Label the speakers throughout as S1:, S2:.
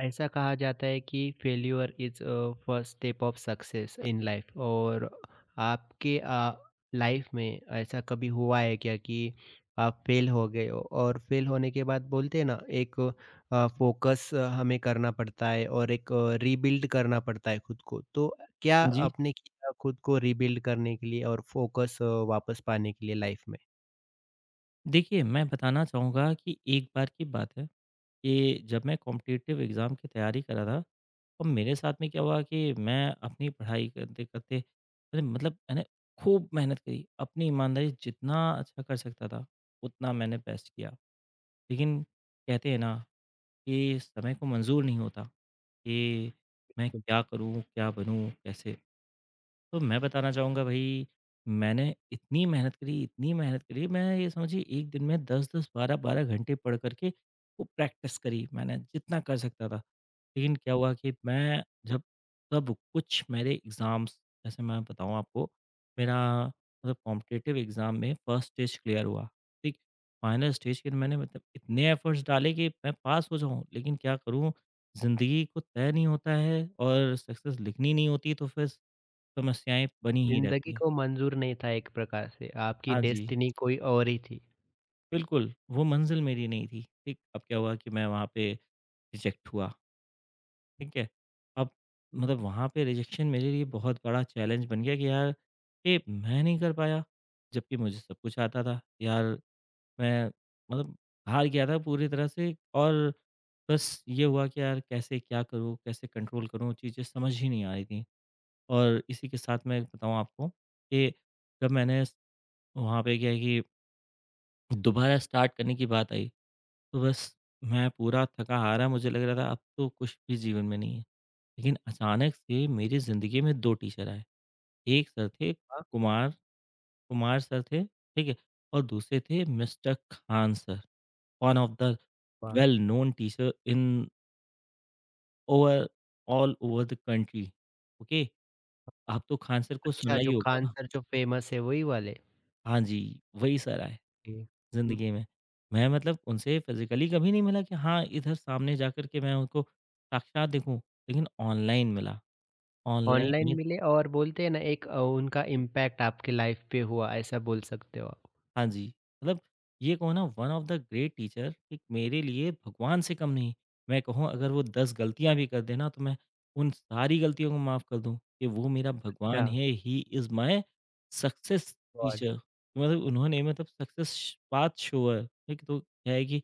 S1: ऐसा कहा जाता है कि failure is first step of success in life. और आपके लाइफ में ऐसा कभी हुआ है क्या कि आप फेल हो गए हो, और फेल होने के बाद बोलते हैं ना, एक फोकस हमें करना पड़ता है और एक रीबिल्ड करना पड़ता है खुद को। तो क्या
S2: जी।
S1: आपने किया खुद को रीबिल्ड करने के लिए और फोकस वापस पाने के लिए लाइफ में?
S2: देखिए, मैं बताना चाहूँगा कि एक बार की बात है कि जब मैं कॉम्पिटिटिव एग्ज़ाम की तैयारी कर रहा था और मेरे साथ में क्या हुआ कि मैं अपनी पढ़ाई करते-करते मैंने मतलब मैंने खूब मेहनत करी। अपनी ईमानदारी जितना अच्छा कर सकता था, उतना मैंने बेस्ट किया। लेकिन कहते हैं ना कि समय को मंज़ूर नहीं होता कि मैं क्या करूँ, क्या बनूँ, कैसे? तो मैं बताना चाहूँगा भई, मैंने इतनी मेहनत करी, मैं ये समझिए 1 दिन में 10-10, 12-12 घंटे पढ़ कर के वो प्रैक्टिस करी मैंने, जितना कर सकता था। लेकिन क्या हुआ कि मैं जब सब कुछ मेरे एग्ज़ाम्स जैसे मैं बताऊँ आपको, मेरा मतलब कॉम्पिटिटिव एग्ज़ाम में फर्स्ट स्टेज क्लियर हुआ, ठीक? फाइनल स्टेज के मैंने मतलब इतने एफ़र्ट्स डाले कि मैं पास हो जाऊँ, लेकिन क्या करूँ, ज़िंदगी को तय नहीं होता है और सक्सेस लिखनी नहीं होती, तो फिर समस्याएँ बनी ही
S1: जिंदगी
S2: रहती हैं।
S1: को मंजूर नहीं था, एक प्रकार से आपकी
S2: हाँ जी,
S1: डेस्टिनी कोई और ही थी।
S2: बिल्कुल, वो मंज़िल मेरी नहीं थी, ठीक? अब क्या हुआ कि मैं वहाँ पे रिजेक्ट हुआ, ठीक है? अब मतलब वहाँ पे रिजेक्शन मेरे लिए बहुत बड़ा चैलेंज बन गया कि यार, ये मैं नहीं कर पाया, जबकि मुझे सब कुछ आता था। यार, मैं मतलब हार गया था पूरी तरह से और बस ये हुआ कि यार कैसे क्या करूँ, कैसे कंट्रोल करूँ, चीज़ें समझ ही नहीं आ रही थीं। और इसी के साथ मैं बताऊँ आपको कि जब मैंने स वहाँ पे क्या है कि दोबारा स्टार्ट करने की बात आई, तो बस मैं पूरा थका-हारा मुझे लग रहा था अब तो कुछ भी जीवन में नहीं है। लेकिन अचानक से मेरी ज़िंदगी में 2 टीचर आए, एक सर थे
S1: वाह,
S2: कुमार कुमार सर थे, ठीक है? और दूसरे थे mister Khan sir, one of the
S1: वाह।
S2: Well known teacher in over all over the country, okay? आप तो खान सर को सुना
S1: अच्छा,
S2: ही
S1: जो खान
S2: होगा।
S1: सर जो फ़ेमस है, वही वाले?
S2: हाँ जी, वही सर आए।
S1: जी। हुँ।
S2: ज़िंदगी में। मैं मतलब उनसे फिज़िकली कभी नहीं मिला कि हाँ, इधर सामने जाकर के मैं उनको साक्षात देखूँ, लेकिन ऑनलाइन मिला। ऑनलाइन
S1: ऑनलाइन
S2: में
S1: मिले, और बोलते हैं ना, एक उनका इम्पैक्ट आपके लाइफ़ पे हुआ, ऐसा बोल सकते हो आप।
S2: हाँ जी, मतलब ये कहो ना one of the great teacher एक मेरे लिए भगवान से कम नहीं। मैं कहूँ अगर वो 10 गलतियाँ भी कर दें ना तो मैं उन सारी गलतियों को माफ़ कर दूँ कि वो मेरा भगवान
S1: अच्छा,
S2: है, he is my success
S1: god!
S2: Teacher. मतलब उन्होंने मतलब सक्सेस पाथ शोवर एक तो क्या है कि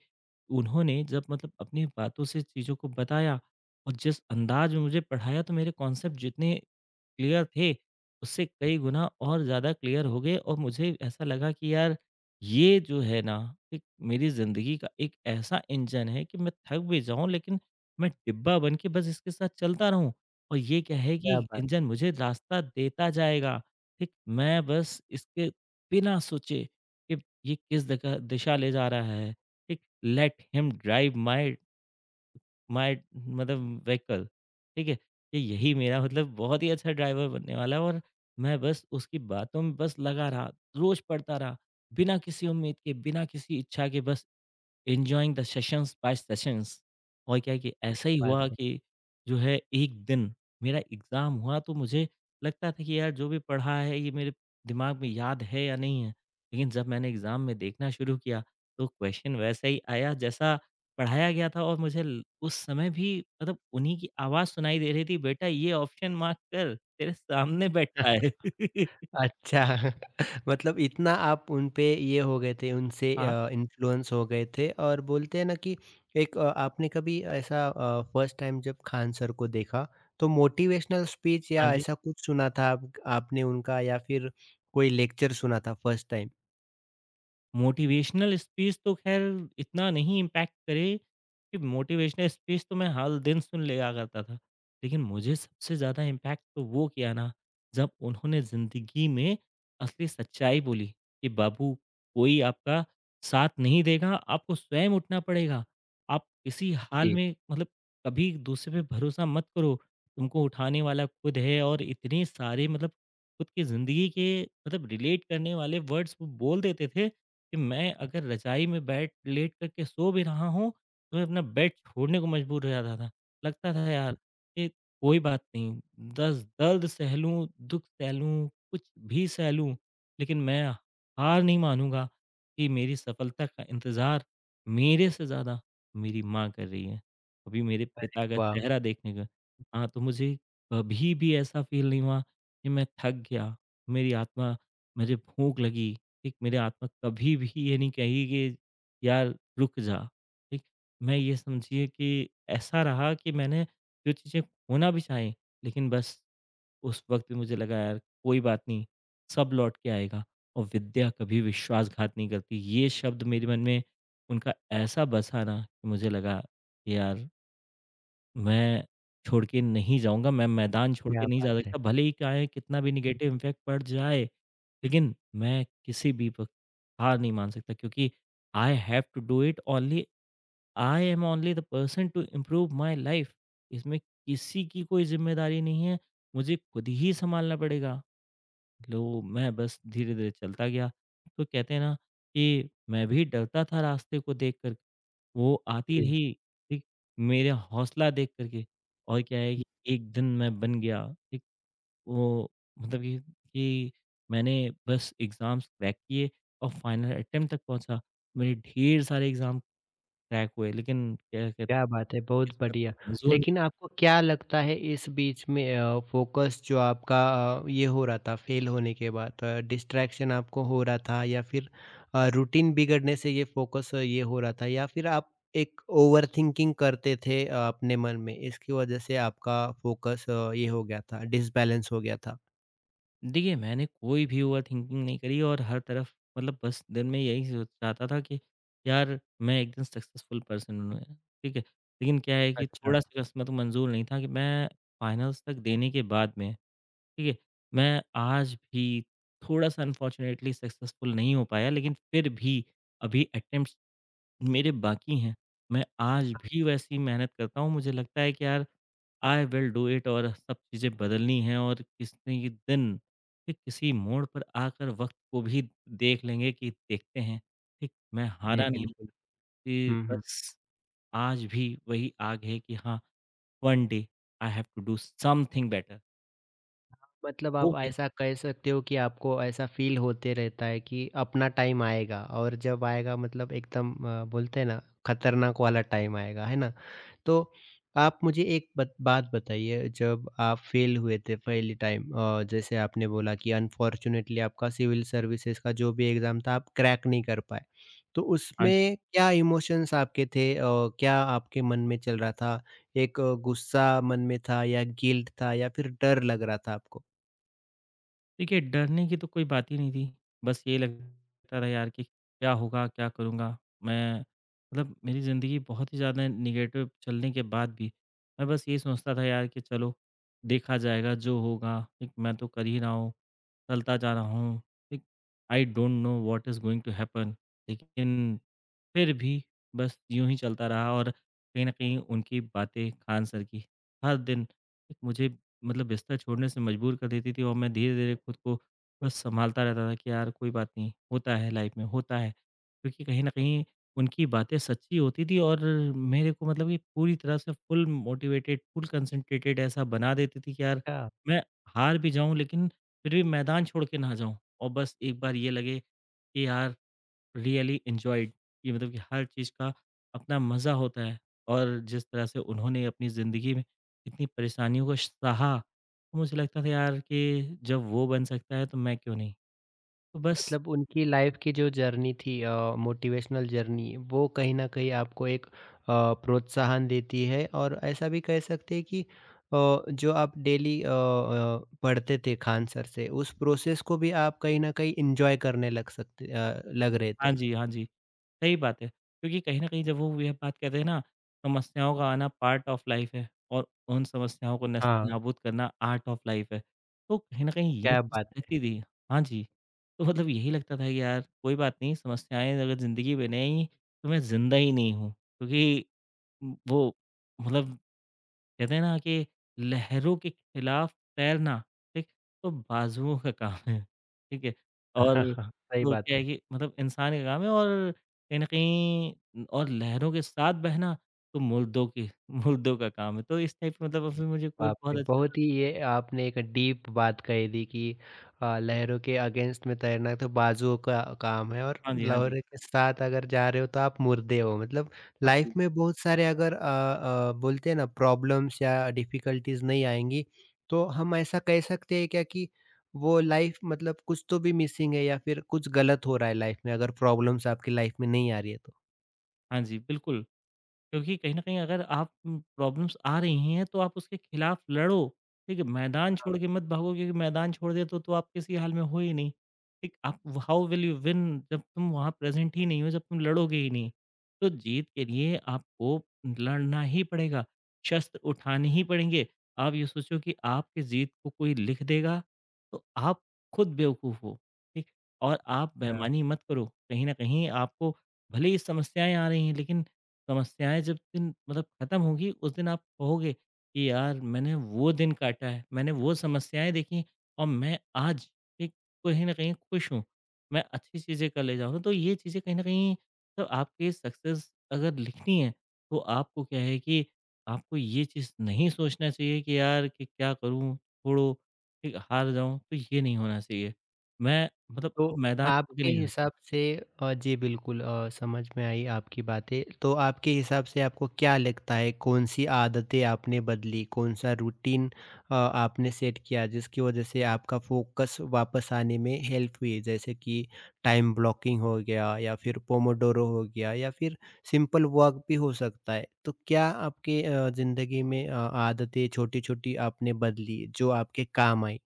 S2: उन्होंने जब मतलब अपनी बातों से चीज़ों को बताया और जिस अंदाज़ में मुझे पढ़ाया तो मेरे कॉन्सेप्ट जितने क्लियर थे, उससे कई गुना और ज़्यादा क्लियर हो गए और मुझे ऐसा लगा कि यार ये जो है ना एक मेरी ज़िंदगी का एक ऐसा इंजन है कि मैं थक भी जाऊँ लेकिन मैं डिब्बा बन के बस इसके साथ चलता रहूँ और ये क्या है कि
S1: क्या बात है।
S2: इंजन मुझे रास्ता देता जाएगा, ठीक? मैं बस इसके बिना सोचे कि ये किस दका दिशा ले जा रहा है, ठीक? Let him drive my my मतलब व्हीकल ठीक है कि यही मेरा मतलब बहुत ही अच्छा ड्राइवर बनने वाला है और मैं बस उसकी बातों में बस लगा रहा रोज पढ़ता रहा बिना किसी उम्मीद के बिना किसी इच्छा के बस enjoying the sessions by sessions और क्या है कि ऐसा ही
S1: बात
S2: हुआ
S1: है।
S2: कि जो है एक दिन मेरा एग्ज़ाम हुआ तो मुझे लगता था कि यार जो भी पढ़ा है ये मेरे दिमाग में याद है या नहीं है। लेकिन जब मैंने एग्ज़ाम में देखना शुरू किया तो क्वेश्चन वैसा ही आया जैसा पढ़ाया गया था और मुझे ल उस समय भी मतलब उन्हीं की आवाज़ सुनाई दे रही थी, "बेटा ये ऑप्शन मार्क कर, तेरे सामने बैठा है।"
S1: अच्छा, मतलब इतना आप उन पे ये हो गए थे, उनसे
S2: हाँ।
S1: इन्फ्लुएंस हो गए थे। और बोलते हैं ना कि एक आपने कभी ऐसा फर्स्ट टाइम जब खान सर को देखा, तो मोटिवेशनल स्पीच
S2: हाँ
S1: या
S2: जी।
S1: ऐसा कुछ सुना था आप? आपने उनका, या फिर कोई लेक्चर सुना था फर्स्ट टाइम?
S2: मोटिवेशनल स्पीच तो ख़ैर इतना नहीं इम्पैक्ट करे, कि मोटिवेशनल स्पीच तो मैं हर दिन सुन लिया करता था। लेकिन मुझे सबसे ज़्यादा इम्पैक्ट तो वो किया ना, जब उन्होंने ज़िंदगी में असली सच्चाई बोली कि बाबू कोई आपका साथ नहीं देगा, आपको स्वयं उठना पड़ेगा। आप किसी हाल
S1: जी।
S2: में मतलब कभी दूसरे पे भरोसा मत करो, तुमको उठाने वाला खुद है और इतने सारे मतलब खुद की ज़िंदगी के मतलब रिलेट करने वाले वर्ड्स वो बोल देते थे कि मैं अगर रज़ाई में बैठ लेट करके सो भी रहा हूँ, तो मैं अपना बेड छोड़ने को मजबूर हो जाता था। लगता था यार कि कोई बात नहीं, दर्द दर्द सह लूँ, दुःख सह लूँ, कुछ भी सह लूँ, लेकिन मैं हार नहीं मानूँगा कि मेरी सफलता का इंतज़ार मेरे से ज़्यादा मेरी माँ कर रही है। अभी मेरे पिता का
S1: वाह!
S2: चेहरा देखने का हाँ, तो मुझे कभी भी ऐसा फ़ील नहीं हुआ कि मैं थक गया, मेरी आत्मा मुझे भूख लगी। ठीक, मेरी आत्मा कभी भी ये नहीं कही कि यार रुक जा, ठीक। मैं ये समझिए कि ऐसा रहा कि मैंने जो चीज़ें खोना भी चाहीं, लेकिन बस उस वक़्त भी मुझे लगा यार कोई बात नहीं, सब लौट के आएगा और विद्या कभी विश्वासघात नहीं करती। ये शब्द मेरे मन में उनका ऐसा बसा ना कि मुझे लगा कि यार मैं छोड़ के नहीं जाऊँगा, मैं मैदान छोड़ के
S1: क्या
S2: नहीं जा
S1: बात है!
S2: सकता, भले ही चाहे कितना भी नेगेटिव इम्पैक्ट पड़ जाए। लेकिन मैं किसी भी वक़्त हार नहीं मान सकता क्योंकि I have to do it only I am only the person to improve my life. इसमें किसी की कोई ज़िम्मेदारी नहीं है, मुझे खुद ही सँभालना पड़ेगा। लो मैं बस धीरे-धीरे चलता गया। तो कहते हैं ना कि मैं भी डरता था रास्ते को देख कर, वो आती
S1: जी।
S2: रही, ठीक? मेरा हौसला देख कर के और क्या है कि एक दिन मैं बन गया, ठीक? वो मतलब कि कि मैंने बस एग्ज़ाम्स क्रैक किए और फाइनल अटेम्प्ट तक पहुँचा। मेरे ढेर सारे एग्ज़ाम क्रैक हुए लेकिन क्या कहते
S1: क्या बात है, बहुत
S2: किस्मत
S1: बढ़िया।
S2: को मंज़ूर नहीं
S1: लेकिन
S2: था।
S1: आपको क्या लगता है, इस बीच में फ़ोकस जो आपका ये हो रहा था फेल होने के बाद, डिस्ट्रैक्शन आपको हो रहा था, या फिर रूटीन बिगड़ने से ये फ़ोकस ये हो रहा था, या फिर आप एक ओवरथिंकिंग करते थे अपने मन में, इसकी वजह से आपका फ़ोकस ये हो गया था, डिसबैलेंस हो गया था?
S2: देखिए, मैंने कोई भी ओवर थिंकिंग नहीं करी और हर तरफ मतलब बस दिन में यही सोच चाहता था कि यार मैं एक दिन सक्सेसफुल पर्सन बनूँ। ठीक है? लेकिन क्या है कि
S1: अच्छा।
S2: थोड़ा-सा किस्मत को मंज़ूर नहीं था कि मैं फाइनल्स तक देने के बाद में ठीक है? मैं आज भी थोड़ा-सा अनफॉर्चुनेटली सक्सेसफुल नहीं हो पाया, लेकिन फिर भी अभी अटेम्प्ट्स मेरे बाकी हैं। मैं आज भी वैसी मेहनत करता हूँ, मुझे लगता है कि यार आई विल डू इट और सब चीज़ें बदलनी हैं और किसी दिन फिर किसी मोड़ पर आकर वक़्त को भी देख लेंगे कि देखते हैं, ठीक, मैं
S1: जी
S2: हारा नहीं
S1: बिल्कुल।
S2: कि
S1: हुँ, हुँ।
S2: बस आज भी वही आग है कि हाँ, one day I have to do something better
S1: मतलब
S2: हो
S1: आप
S2: गया।
S1: ऐसा कह सकते हो कि आपको ऐसा फील होते रहता है कि अपना टाइम आएगा, और जब आएगा मतलब एकदम बोलते हैं ना, खतरनाक वाला टाइम आएगा, है ना? तो आप मुझे एक बात बताइए, जब आप फेल हुए थे पहली टाइम, जैसे आपने बोला कि अनफॉर्चुनेटली आपका सिविल सर्विसेज का जो भी एग्ज़ाम था, आप क्रैक नहीं कर पाए, तो
S2: हाँ जी।
S1: उसमें क्या इमोशंस आपके थे और क्या आपके मन में चल रहा था? एक गुस्सा मन में था, या गिल्ट था, या फिर डर लग रहा था आपको?
S2: देखिए, डरने की तो कोई बात ही नहीं थी। बस ये लगता था यार कि क्या होगा, क्या करूँगा? मैं मतलब मेरी ज़िंदगी बहुत ही ज़्यादा नेगेटिव चलने के बाद भी, मैं बस ये सोचता था यार कि चलो देखा जाएगा, जो होगा। एक मैं तो कर ही रहा हूँ, चलता जा रहा हूँ। एक I don't know what is going to happen लेकिन फिर भी बस यूँ ही चलता रहा और कहीं न कहीं उनकी बातें खान सर की हर दिन एक मुझे मतलब बिस्तर छोड़ने से मजबूर कर देती थी और मैं धीरे-धीरे खुद को बस सँभालता रहता था कि यार कोई बात नहीं, होता है लाइफ़ में, होता है। क्योंकि कहीं न कहीं उनकी बातें सच्ची होती थी और मेरे को मतलब कि पूरी तरह से फुल मोटिवेटेड, फुल कंसंट्रेटेड ऐसा बना देती थी कि यार
S1: अच्छा।
S2: मैं हार भी जाऊँ लेकिन फिर भी मैदान छोड़ के ना जाऊँ। और बस एक बार ये लगे कि यार रियली एन्जॉयड कि मतलब कि हर चीज़ का अपना मज़ा होता है और जिस तरह से उन्होंने अपनी ज़िंदगी में इतनी परेशानियों को सहा, तो मुझे लगता था यार कि जब वो बन सकता है तो मैं क्यों नहीं? तो बस
S1: मतलब उनकी लाइफ की जो जर्नी थी, मोटिवेशनल जर्नी, वो कहीं न कहीं आपको एक प्रोत्साहन देती है। और ऐसा भी कह सकते हैं कि जो आप डेली पढ़ते थे खान सर से, उस प्रोसेस को भी आप कहीं न कहीं एन्जॉय करने लग रहे थे।
S2: हाँ जी, हाँ जी। सही बात है, क्योंकि कहीं न कहीं जब वो यह बात कहते हैं ना, समस्याओं का आना पार्ट ऑफ लाइफ़ है और उन समस्याओं को
S1: हाँ।
S2: नस्त-ए-नाबूद करना आर्ट ऑफ लाइफ़ है। तो कहीं न कहीं ये
S1: क्या
S2: चीज़
S1: बात है!
S2: रहती थी। हाँ जी, तो मतलब यही लगता था कि यार कोई बात नहीं, समस्याएँ अगर ज़िंदगी में नहीं, तो मैं ज़िंदा ही नहीं हूँ। क्योंकि वो मतलब कहते हैं ना कि लहरों के खिलाफ तैरना, ठीक? तो बाजुओं का काम है, ठीक है? और
S1: सही
S2: तो
S1: बात
S2: क्या
S1: है।
S2: है कि मतलब इंसान का काम है और कहीं न कहीं और लहरों के साथ बहना तो मुर्दों की मुर्दों का काम है। तो इस टाइप का मतलब अभी मुझे कोट
S1: बाप
S2: बहुत
S1: रे!
S2: अच्छे से
S1: बहुत ही ये आपने एक डीप बात कही दी कि लहरों के अगेंस्ट में तैरना तो बाजुओं का काम है, और
S2: हाँ जी, हाँ जी।
S1: लहरों के साथ अगर जा रहे हो, तो आप मुर्दे हो। मतलब
S2: हाँ
S1: लाइफ
S2: जी।
S1: में बहुत सारे अगर बोलते हैं ना, प्रॉब्लम्स या डिफिकल्टीज़ नहीं आएँगी, तो हम ऐसा कह सकते हैं क्या कि वो लाइफ मतलब कुछ तो भी मिसिंग है, या फिर कुछ गलत हो रहा है लाइफ में, अगर प्रॉब्लम्स आपकी लाइफ में नहीं आ रही है?
S2: हाँ जी, बिल्कुल। क्योंकि कहीं न कहीं अगर आप प्रॉब्लम्स आ रही हैं, तो आप उसके खिलाफ लड़ो, ठीक है? मैदान
S1: तो?
S2: छोड़ के मत भागो क्योंकि मैदान छोड़ देते हो तो आप किसी हाल में हो ही नहीं, ठीक? आप हाउ विल यू विन जब तुम वहाँ प्रेज़ेंट ही नहीं हो, जब तुम लड़ोगे ही नहीं। तो जीत के लिए आपको लड़ना ही पड़ेगा, शस्त्र उठाने ही पड़ेंगे। आप ये सोचो कि आपकी जीत को कोई लिख देगा, तो आप खुद बेवकूफ़ हो, ठीक? और आप बेईमानी मत करो, कहीं न कहीं आपको भले ही समस्याएँ आ रही हैं लेकिन समस्याएँ जब दिन मतलब खत्म होंगी उस दिन आप कहोगे कि यार मैंने वो दिन काटा है, मैंने वो समस्याएँ देखी और मैं आज एक कहीं न कहीं खुश हूँ। मैं अच्छी चीज़ें कर ले जा रहा हूँ। तो ये चीज़ें कहीं न कहीं तो आपके सक्सेस अगर लिखनी है तो आपको क्या है कि आपको ये चीज़ नहीं सोचना चाहिए कि यार कि क्या करूँ? छोड़ो, ठीक हार जाऊँ, तो ये नहीं होना चाहिए। मैं मतलब आप
S1: तो
S2: मैदान छोड़ के
S1: आपके
S2: नहीं जाते।
S1: हिसाब से जी बिल्कुल, समझ में आई आपकी बातें। तो आपके हिसाब से आपको क्या लगता है, कौन-सी आदतें आपने बदली, कौन-सा रूटीन आपने सेट किया, जिसकी वजह से आपका फ़ोकस वापस आने में हेल्प हुई? जैसे कि टाइम ब्लॉकिंग हो गया, या फिर पोमोडोरो हो गया, या फिर सिंपल वॉक भी हो सकता है। तो क्या आपके ज़िंदगी में आदतें छोटी-छोटी आपने बदली, जो आपके काम आई?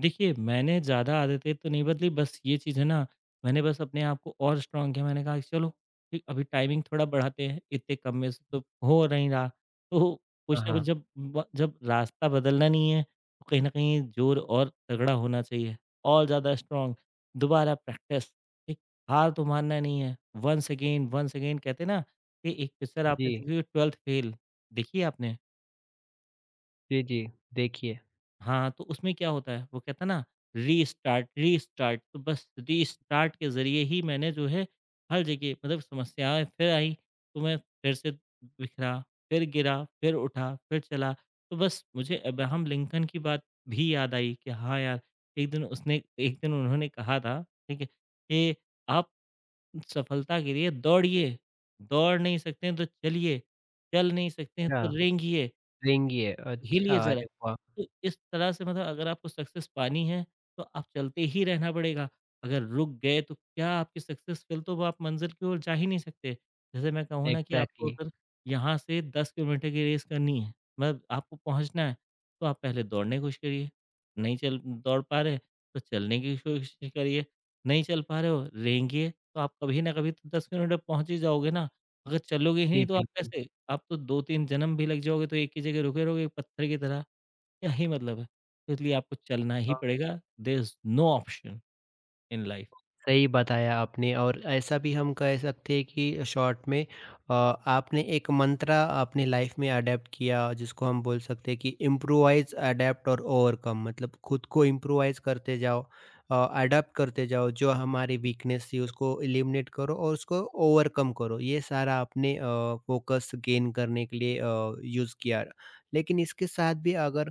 S2: देखिए, मैंने ज़्यादा आदतें तो नहीं बदली, बस ये चीज़ है ना, मैंने बस अपने आप को और स्ट्रॉन्ग किया। मैंने कहा कि चलो, ठीक अभी टाइमिंग थोड़ा बढ़ाते हैं, इतने कम में से तो हो नहीं रहा। तो कुछ
S1: हाँ,
S2: ना कुछ
S1: हाँ।
S2: जब रास्ता बदलना नहीं है, तो कहीं न कहीं ज़ोर और तगड़ा होना चाहिए, और ज़्यादा स्ट्रॉन्ग। दोबारा प्रैक्टिस, ठीक? हार तो मानना नहीं है, वंस अगेन कहते हैं ना, कि एक पिक्चर आपने
S1: जी।
S2: देखी होगी 12th फेल, देखी है आपने?
S1: जी, जी। देखिए।
S2: हाँ, तो उसमें क्या होता है, वो कहता है ना रीस्टार्ट, रीस्टार्ट तो बस रीस्टार्ट के ज़रिए ही मैंने जो है हर जगह मतलब समस्याएँ फिर आईं, तो मैं फिर से बिखरा, फिर गिरा, फिर उठा, फिर चला। तो बस मुझे अब्राहम लिंकन की बात भी याद आई कि हाँ यार, एक दिन उन्होंने कहा था, ठीक है? कि आप सफलता के लिए दौड़िए, दौड़ नहीं सकते हैं तो चलिए, चल नहीं सकते हैं
S1: अच्छा,
S2: तो रेंगिए,
S1: रिंगी है,
S2: हिलिए
S1: अच्छा,
S2: ज़रा।
S1: अरे वाह!
S2: तो इस तरह से मतलब अगर आपको सक्सेस पानी है, तो आप चलते ही रहना पड़ेगा। अगर रुक गए तो क्या आपकी सक्सेसफुल तो वो आप मंज़िल की ओर जा ही नहीं सकते। जैसे मैं कहूँ ना कि आपको
S1: एग्ज़ैक्टली।
S2: अगर यहाँ से 10 किलोमीटर की रेस करनी है, मतलब आपको पहुँचना है, तो आप पहले दौड़ने की कोशिश करिए। नहीं चल दौड़ पा रहे, तो चलने की कोशिश करिए। नहीं चल पा रहे हो, रेंगिए। तो आप कभी न कभी तो 10 किलोमीटर पहुँच ही जाओगे ना। अगर चलोगे ही
S1: जी,
S2: नहीं तो आप
S1: बिल्कुल।
S2: कैसे? आप तो 2-3 जन्म भी लग जाओगे तो एक ही जगह रुके रहोगे पत्थर की तरह, क्या ही मतलब है? तो इसलिए आपको चलना ही
S1: अ,
S2: पड़ेगा, there is no option in life.
S1: सही बताया आपने। और ऐसा भी हम कह सकते हैं कि शॉर्ट में आपने एक मंत्रा अपने लाइफ में अडेप्ट किया, जिसको हम बोल सकते हैं कि इम्प्रोवाइज, अडेप्ट और ओवरकम। मतलब खुद को इम्प्रोवाइज करते जाओ, अडेप्ट करते जाओ, जो हमारी वीकनेस थी उसको एलिमिनेट करो और उसको ओवरकम करो। ये सारा आपने फोकस गेन करने के लिए यूज़ किया। लेकिन इसके साथ भी, अगर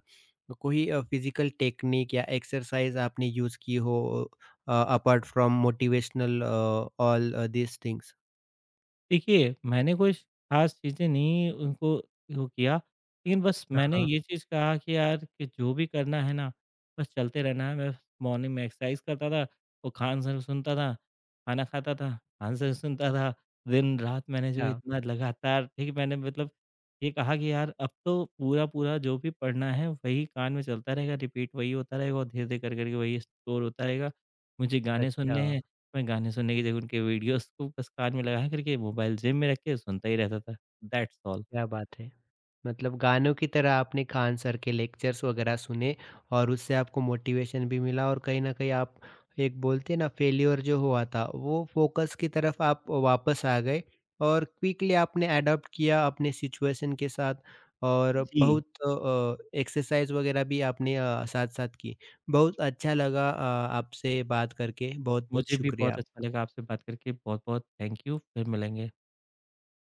S1: कोई फिजिकल टेक्निक या एक्सरसाइज आपने यूज़ की हो, apart from motivational all these things?
S2: देखिए, मैंने कुछ ख़ास चीज़ें नहीं उनको वो किया, लेकिन बस
S1: हाँ,
S2: मैंने
S1: हाँ।
S2: ये चीज़ कहा कि यार कि जो भी करना है ना, बस चलते रहना है। मैं मॉर्निंग में एक्सरसाइज करता था, वो खान सर सुनता था, खाना खाता था, खान सर सुनता था। दिन-रात मैंने जो
S1: अच्छा,
S2: इतना लगातार ठीक मैंने मतलब ये कहा कि यार अब तो पूरा-पूरा जो भी पढ़ना है वही कान में चलता रहेगा, रिपीट वही होता रहेगा और धीरे-धीरे कर के वही स्टोर होता रहेगा। मुझे गाने
S1: अच्छा।
S2: सुनने हैं, मैं गाने सुनने की जगह उनके वीडियोज़ को बस कान में लगा करके मोबाइल जेब में रख के सुनता ही रहता था। That's all.
S1: क्या बात है! मतलब गानों की तरह आपने खान सर के लेक्चर्स वगैरह सुने, और उससे आपको मोटिवेशन भी मिला, और कहीं न कहीं आप एक, बोलते हैं ना, फेल्योर जो हुआ था, वो फ़ोकस की तरफ आप वापस आ गए, और क्विकली आपने अडॉप्ट किया अपने सिचुएशन के साथ, और
S2: जी।
S1: बहुत एक्सरसाइज़ वगैरह भी आपने साथ-साथ की। बहुत अच्छा लगा आपसे बात करके, बहुत-बहुत
S2: मुझे भी
S1: शुक्रिया
S2: बहुत
S1: आप
S2: अच्छा लगा आपसे बात करके। बहुत-बहुत थैंक यू। फिर मिलेंगे।